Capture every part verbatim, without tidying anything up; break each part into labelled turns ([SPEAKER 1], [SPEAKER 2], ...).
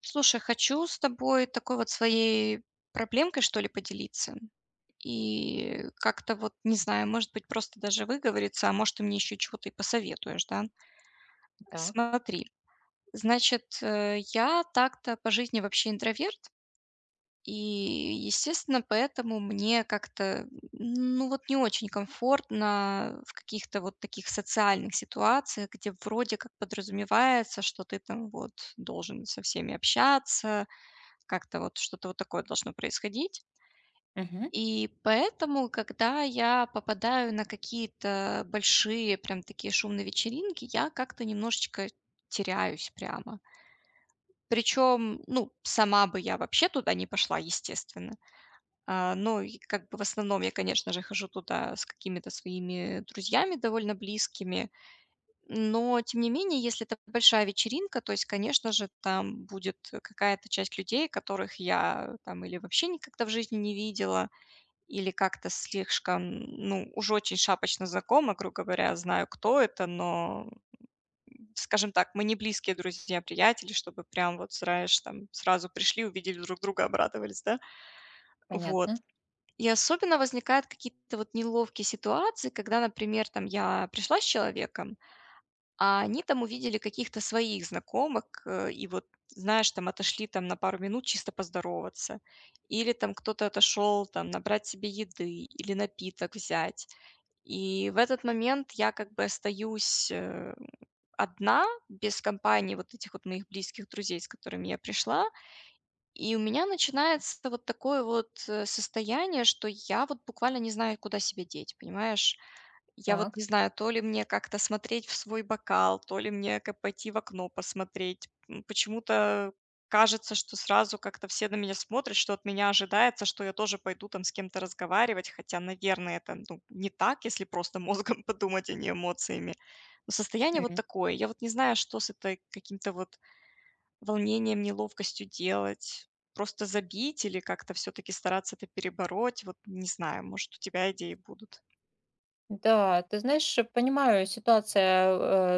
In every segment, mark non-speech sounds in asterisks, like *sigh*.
[SPEAKER 1] Слушай, хочу с тобой такой вот своей проблемкой, что ли, поделиться. И как-то вот, не знаю, может быть, просто даже выговориться, а может, ты мне еще чего-то и посоветуешь, да?
[SPEAKER 2] Так.
[SPEAKER 1] Смотри, значит, э, я так-то по жизни вообще интроверт, и, естественно, поэтому мне как-то, ну вот не очень комфортно в каких-то вот таких социальных ситуациях, где вроде как подразумевается, что ты там вот должен со всеми общаться, как-то вот что-то вот такое должно происходить.
[SPEAKER 2] Мгм.
[SPEAKER 1] И поэтому, когда я попадаю на какие-то большие, прям такие шумные вечеринки, я как-то немножечко теряюсь прямо. Причем, ну, сама бы я вообще туда не пошла, естественно. А, но и как бы в основном я, конечно же, хожу туда с какими-то своими друзьями довольно близкими, но, тем не менее, если это большая вечеринка, то есть, конечно же, там будет какая-то часть людей, которых я там или вообще никогда в жизни не видела, или как-то слишком, ну, уже очень шапочно знакома, грубо говоря, знаю, кто это, но, скажем так, мы не близкие друзья, приятели, чтобы прям вот, знаешь, там сразу пришли, увидели друг друга, обрадовались, да? Вот.
[SPEAKER 2] Понятно.
[SPEAKER 1] И особенно возникают какие-то вот неловкие ситуации, когда, например, там я пришла с человеком, а они там увидели каких-то своих знакомых, э, и вот, знаешь, там отошли там на пару минут чисто поздороваться. Или там кто-то отошел там набрать себе еды или напиток взять. И в этот момент я как бы остаюсь э, одна, без компании вот этих вот моих близких друзей, с которыми я пришла. И у меня начинается вот такое вот э, состояние, что я вот буквально не знаю, куда себя деть, понимаешь? Я вот
[SPEAKER 2] Так.
[SPEAKER 1] не знаю, то ли мне как-то смотреть в свой бокал, то ли мне ка пойти в окно посмотреть. М, почему-то кажется, что сразу как-то все на меня смотрят, что от меня ожидается, что я тоже пойду там с кем-то разговаривать, хотя, наверное, это, ну, не так, если просто мозгом *laughs* подумать, а не эмоциями. Но состояние вот
[SPEAKER 2] Мгм.
[SPEAKER 1] такое. Я вот не знаю, что с этой каким-то вот волнением, неловкостью делать. Просто забить или как-то все таки стараться это перебороть? Вот не знаю, может, у тебя идеи будут.
[SPEAKER 2] Да, ты знаешь, э, понимаю, ситуация,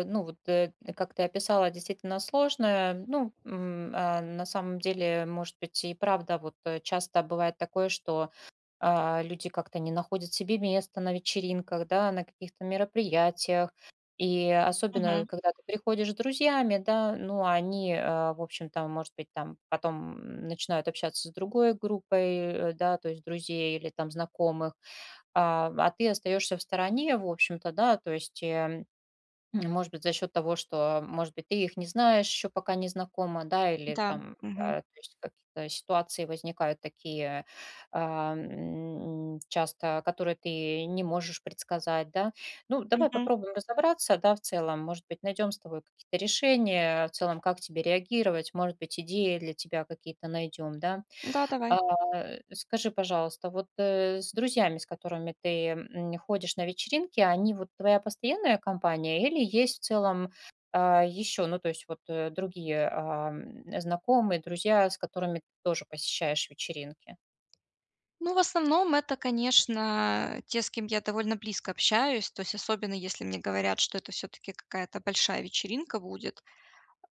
[SPEAKER 2] э, ну вот, э, как ты описала, действительно сложная. Ну, м, а, на самом деле, может быть, и правда, вот э, часто бывает такое, что а, люди как-то не находят себе места на вечеринках, да, на каких-то мероприятиях. И особенно,
[SPEAKER 1] Мгм.
[SPEAKER 2] когда ты приходишь с друзьями, да, ну, они, а, в общем-то, может быть, там потом начинают общаться с другой группой, э, да, то есть друзей или там знакомых, а, а ты остаешься в стороне, в общем-то, да, то есть э, М, может быть, за счет того, что, может быть, ты их не знаешь, еще пока не знакома, да, или
[SPEAKER 1] Да.
[SPEAKER 2] там,
[SPEAKER 1] Мгм.
[SPEAKER 2] а, то есть какие-то ситуации возникают такие а, м, часто, которые ты не можешь предсказать, да. Ну, давай
[SPEAKER 1] Мгм.
[SPEAKER 2] попробуем разобраться, да, в целом, может быть, найдем с тобой какие-то решения, в целом, как тебе реагировать, может быть, идеи для тебя какие-то найдем, да.
[SPEAKER 1] Да,
[SPEAKER 2] А,
[SPEAKER 1] давай.
[SPEAKER 2] скажи, пожалуйста, вот, э, с друзьями, с которыми ты, м, ходишь на вечеринки, они вот твоя постоянная компания или есть в целом, а, еще, ну, то есть вот, э, другие, а, м, знакомые, друзья, с которыми ты тоже посещаешь вечеринки?
[SPEAKER 1] Ну, в основном это, конечно, те, с кем я довольно близко общаюсь, то есть особенно если мне говорят, что это все-таки какая-то большая вечеринка будет.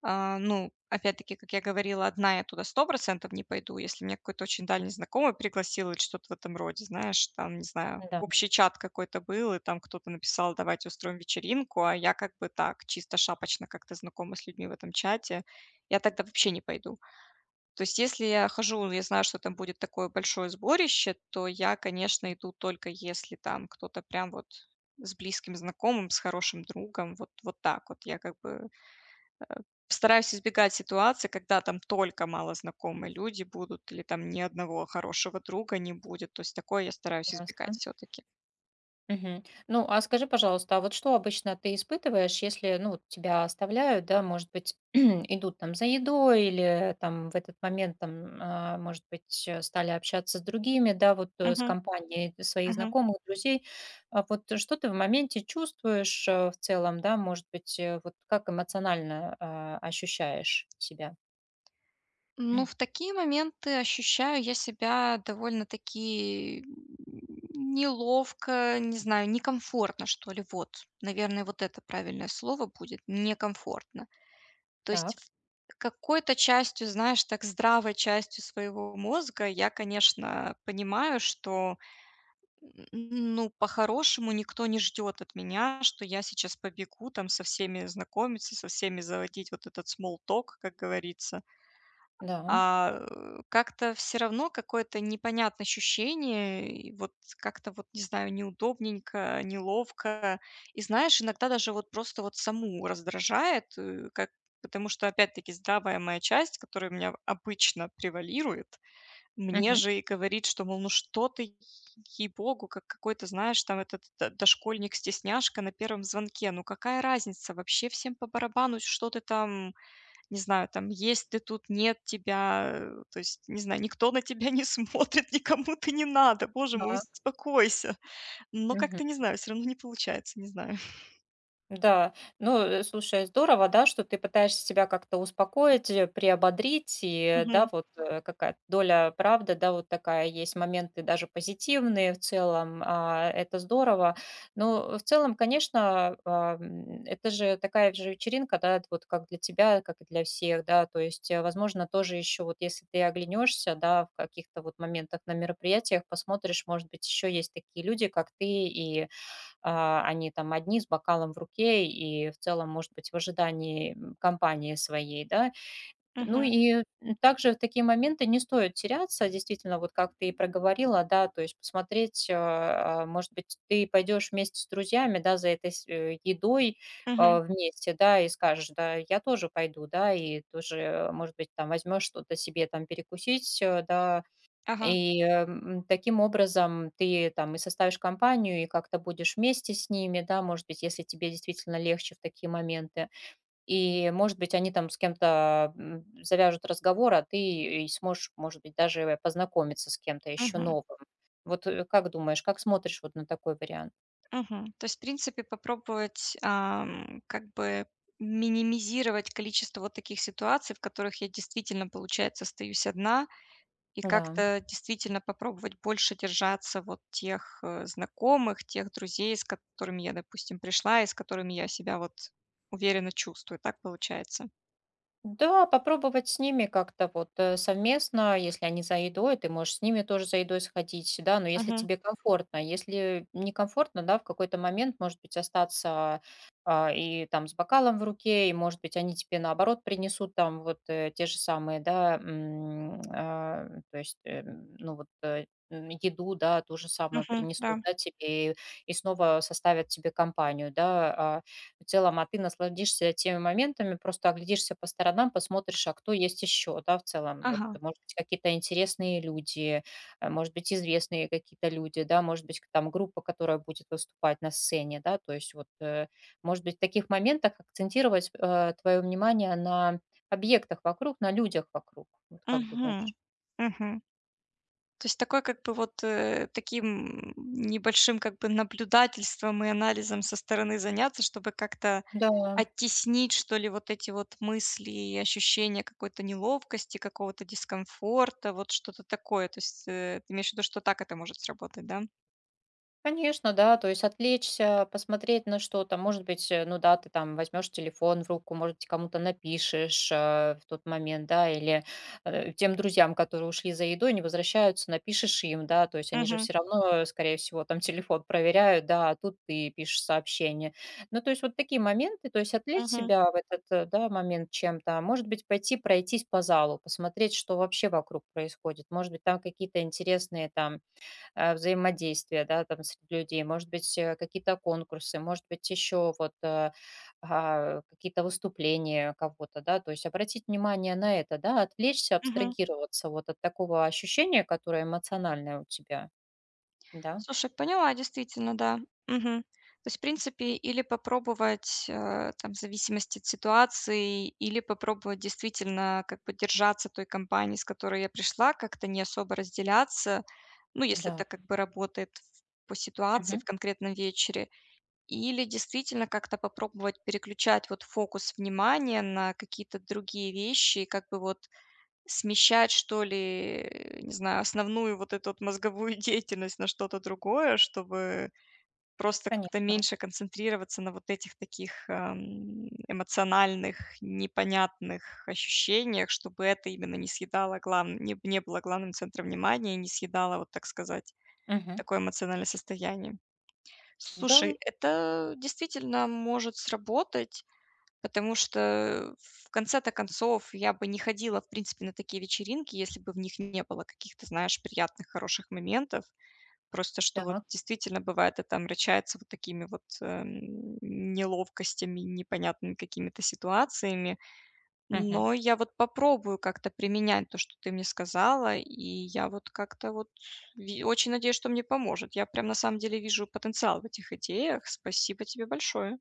[SPEAKER 1] а, Ну, опять-таки, как я говорила, одна я туда сто процентов не пойду, если меня какой-то очень дальний знакомый пригласил или что-то в этом роде, знаешь, там, не знаю,
[SPEAKER 2] Да.
[SPEAKER 1] общий чат какой-то был, и там кто-то написал, давайте устроим вечеринку, а я как бы так, чисто шапочно как-то знакома с людьми в этом чате, я тогда вообще не пойду. То есть если я хожу, я знаю, что там будет такое большое сборище, то я, конечно, иду только если там кто-то прям вот с близким знакомым, с хорошим другом, вот, вот так вот. Я как бы стараюсь избегать ситуации, когда там только малознакомые люди будут или там ни одного хорошего друга не будет. То есть такое я стараюсь избегать
[SPEAKER 2] Ясно.
[SPEAKER 1] все-таки.
[SPEAKER 2] Мгм. Ну, а скажи, пожалуйста, а вот что обычно ты испытываешь, если, ну, вот тебя оставляют, да, может быть, *clears throat* идут там за едой или там в этот момент там, а, может быть, э, стали общаться с другими, да, вот э, с
[SPEAKER 1] Мгм.
[SPEAKER 2] компанией своих знакомых, друзей. А вот э, что ты в моменте чувствуешь э, в целом, да, может быть, э, вот как эмоционально а, ощущаешь себя?
[SPEAKER 1] Ну, в
[SPEAKER 2] *clears throat*
[SPEAKER 1] такие моменты ощущаю я себя довольно-таки м, неловко, не знаю, некомфортно, что ли. Вот, наверное, вот это правильное слово будет- некомфортно. То есть
[SPEAKER 2] Так,
[SPEAKER 1] в какой-то частью, знаешь, так здравой частью своего мозга я, конечно, понимаю, что, н ну, по-хорошему никто не ждет от меня, что я сейчас побегу там со всеми знакомиться, со всеми заводить вот этот small talk, как говорится.
[SPEAKER 2] да.
[SPEAKER 1] А, э, как-то все равно какое-то непонятное ощущение, и вот как-то вот, не знаю, неудобненько, неловко. И знаешь, иногда даже вот просто вот саму раздражает, э, как потому что опять-таки здравая моя часть, которая у меня обычно превалирует, мне
[SPEAKER 2] Мгм.
[SPEAKER 1] же и говорит, что, мол, ну что ты, ей-богу, как какой-то, знаешь, там этот д дошкольник-стесняшка на первом звонке. Ну какая разница? Вообще всем по барабану, что ты там не знаю, там есть ты тут, нет тебя, э, то есть, не знаю, никто на тебя не *laughs* смотрит, никому ты не надо, боже мой,
[SPEAKER 2] Так.
[SPEAKER 1] успокойся. Но как-то, не знаю, все равно не получается, не знаю.
[SPEAKER 2] Да, ну, э, слушай, здорово, да, что ты пытаешься себя как-то успокоить, э, приободрить, и, да,
[SPEAKER 1] Мгм,
[SPEAKER 2] вот э, какая-то доля правды, да, вот такая есть, моменты даже позитивные в целом, а, это здорово. Но в целом, конечно, а, м, это же такая же вечеринка, да, вот как для тебя, как и для всех, да, то есть, э, возможно, тоже еще вот если ты оглянешься, да, в каких-то вот моментах на мероприятиях, посмотришь, может быть, еще есть такие люди, как ты, и а, они там одни с бокалом в руке и в целом, может быть, в ожидании м, компании своей, да. Ну
[SPEAKER 1] мгм,
[SPEAKER 2] и также в такие моменты не стоит теряться, действительно, вот как ты и проговорила, да, то есть посмотреть, а, а, может быть, ты пойдешь вместе с друзьями, да, за этой с- э, едой
[SPEAKER 1] мгм.
[SPEAKER 2] а, вместе, да, и скажешь, да, я тоже пойду, да, и тоже, может быть, там возьмешь что-то себе там перекусить, э, да,
[SPEAKER 1] Ага,
[SPEAKER 2] и, эм, таким образом ты там и составишь компанию, и как-то будешь вместе с ними, да, может быть, если тебе действительно легче в такие моменты. И, может быть, они там с кем-то, м, завяжут разговор, а ты и сможешь, может быть, даже познакомиться с кем-то еще
[SPEAKER 1] мгм,
[SPEAKER 2] новым. Вот, э, как думаешь, как смотришь вот на такой вариант?
[SPEAKER 1] мгм. То есть, в принципе, попробовать, ам, как бы минимизировать количество вот таких ситуаций, в которых я действительно, получается, остаюсь одна. И
[SPEAKER 2] Да.
[SPEAKER 1] как-то действительно попробовать больше держаться вот тех, э, знакомых, тех друзей, с которыми я, допустим, пришла и с которыми я себя вот уверенно чувствую. Так получается?
[SPEAKER 2] Да, попробовать с ними как-то вот э, совместно, если они за едой, ты можешь с ними тоже за едой сходить, да, но если
[SPEAKER 1] Мгм.
[SPEAKER 2] тебе комфортно, если некомфортно, да, в какой-то момент, может быть, остаться а, и там с бокалом в руке, и, может быть, они тебе наоборот принесут там вот э, те же самые, да, м, а, то есть, э, м, ну вот, э, м, еду, да, ту же самую
[SPEAKER 1] Мгм.
[SPEAKER 2] принесут,
[SPEAKER 1] Да.
[SPEAKER 2] да, тебе, и, и снова составят тебе компанию, да, а, в целом, а ты насладишься теми моментами, просто оглядишься по сторонам, посмотришь, а кто есть еще, да, в целом. Вот,
[SPEAKER 1] Ага.
[SPEAKER 2] может быть, какие-то интересные люди, э, может быть, известные какие-то люди, да, может быть, к- там группа, которая будет выступать на сцене, да, то есть вот, э, может быть, в таких моментах акцентировать твое внимание на объектах вокруг, на людях вокруг. Вот как думаешь?
[SPEAKER 1] Мгм. Мгм. То есть такой как бы вот, э, таким небольшим как бы наблюдательством и анализом со стороны заняться, чтобы как-то
[SPEAKER 2] Да.
[SPEAKER 1] оттеснить, что ли, вот эти вот мысли и ощущения какой-то неловкости, какого-то дискомфорта, вот что-то такое. То есть, э, ты имеешь в виду, что так это может сработать, да?
[SPEAKER 2] Конечно, да, то есть отвлечься, посмотреть на что-то. Может быть, э, ну да, ты там возьмешь телефон в руку, может быть, кому-то напишешь э, в тот момент, да, или э, тем друзьям, которые ушли за едой, не возвращаются, напишешь им, да, то есть они же
[SPEAKER 1] Угу,
[SPEAKER 2] все равно, э, скорее всего, там телефон проверяют, да, а тут ты пишешь сообщение. Ну, то есть вот такие моменты, то есть отвлечь
[SPEAKER 1] угу,
[SPEAKER 2] себя в этот, э, да, момент чем-то. а Может быть, пойти пройтись по залу, посмотреть, что вообще вокруг происходит. Может быть, там какие-то интересные там э, взаимодействия, да, там, среди людей, может быть, э, какие-то конкурсы, может быть, еще вот э, а, какие-то выступления кого-то, да, то есть обратить внимание на это, да, отвлечься,
[SPEAKER 1] мгм.
[SPEAKER 2] абстрагироваться вот от такого ощущения, которое эмоциональное у тебя, да,
[SPEAKER 1] Слушай, поняла, действительно, да. Мгм. То есть, в принципе, или попробовать, э, там, в зависимости от ситуации, или попробовать действительно как бы держаться той компании, с которой я пришла, как-то не особо разделяться, ну, если
[SPEAKER 2] да,
[SPEAKER 1] это как бы работает в- по ситуации
[SPEAKER 2] мгм,
[SPEAKER 1] в конкретном вечере, или действительно как-то попробовать переключать вот фокус внимания на какие-то другие вещи, и как бы вот смещать, что ли, э, не знаю, основную вот эту вот мозговую *laughs* деятельность на что-то другое, чтобы просто как-то
[SPEAKER 2] конечно,
[SPEAKER 1] меньше концентрироваться на вот этих таких, ам, эмоциональных, непонятных ощущениях, чтобы это именно не съедало главн не не было главным центром внимания и не съедало, вот так сказать,
[SPEAKER 2] мгм,
[SPEAKER 1] такое эмоциональное состояние.
[SPEAKER 2] да,
[SPEAKER 1] Слушай, это действительно может сработать. Потому что в конце-то концов я бы не ходила, в принципе, на такие вечеринки, если бы в них не было каких-то, знаешь, приятных, хороших моментов. Просто что вот
[SPEAKER 2] так,
[SPEAKER 1] действительно бывает это омрачается вот такими вот, эм, неловкостями, непонятными какими-то ситуациями.
[SPEAKER 2] мгм.
[SPEAKER 1] Но я вот попробую как-то применять то, что ты мне сказала, и я вот как-то вот ви очень надеюсь, что мне поможет. Я прям на самом деле вижу потенциал в этих идеях. Спасибо тебе большое.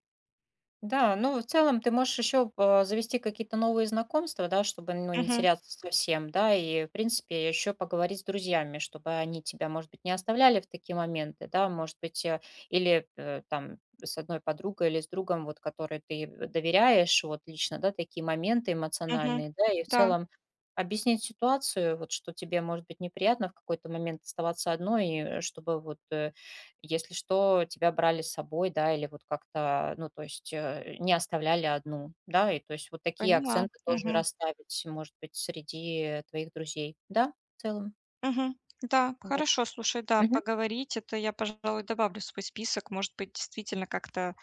[SPEAKER 2] Да, ну, в целом ты можешь еще, э, завести какие-то новые знакомства, да, чтобы, ну, не
[SPEAKER 1] Мгм,
[SPEAKER 2] теряться совсем, да, и, в принципе, еще поговорить с друзьями, чтобы они тебя, может быть, не оставляли в такие моменты, да, может быть, э, или, э, там с одной подругой или с другом, вот, который ты доверяешь, вот, лично, да, такие моменты
[SPEAKER 1] мгм.
[SPEAKER 2] эмоциональные, да, и в
[SPEAKER 1] Да.
[SPEAKER 2] целом объяснить ситуацию, вот, что тебе может быть неприятно в какой-то момент оставаться одной, и э, чтобы вот, э если что, тебя брали с собой, да, или вот как-то, ну, то есть, э, не оставляли одну, да, и то есть вот такие
[SPEAKER 1] Поняла.
[SPEAKER 2] акценты тоже
[SPEAKER 1] Мгм.
[SPEAKER 2] расставить, может быть, среди твоих друзей. Да, в целом.
[SPEAKER 1] Мгм. Да,
[SPEAKER 2] Вот.
[SPEAKER 1] хорошо, слушай, да,
[SPEAKER 2] Мгм.
[SPEAKER 1] поговорить. Это я, пожалуй, добавлю в свой список. Может быть, действительно как-то,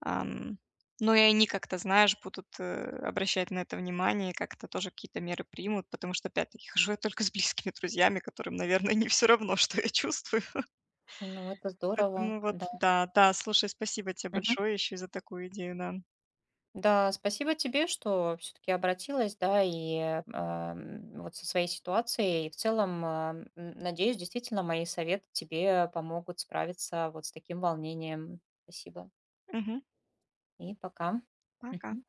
[SPEAKER 1] ам, ну, и они как-то, знаешь, будут, э, обращать на это внимание, и как-то тоже какие-то меры примут, потому что, опять-таки, *laughs* хожу я только с близкими друзьями, которым, наверное, не все равно, что я чувствую. *laughs*
[SPEAKER 2] Ну, это здорово,
[SPEAKER 1] Поэтому вот
[SPEAKER 2] да.
[SPEAKER 1] да, да, слушай, спасибо тебе
[SPEAKER 2] Мгм.
[SPEAKER 1] большое еще и за такую идею, да.
[SPEAKER 2] Да, спасибо тебе, что все-таки обратилась, да, и ам, вот со своей ситуацией. И в целом, а, м, надеюсь, действительно, мои советы тебе помогут справиться вот с таким волнением. Спасибо.
[SPEAKER 1] Мгм.
[SPEAKER 2] И пока.
[SPEAKER 1] Пока.
[SPEAKER 2] Мгм.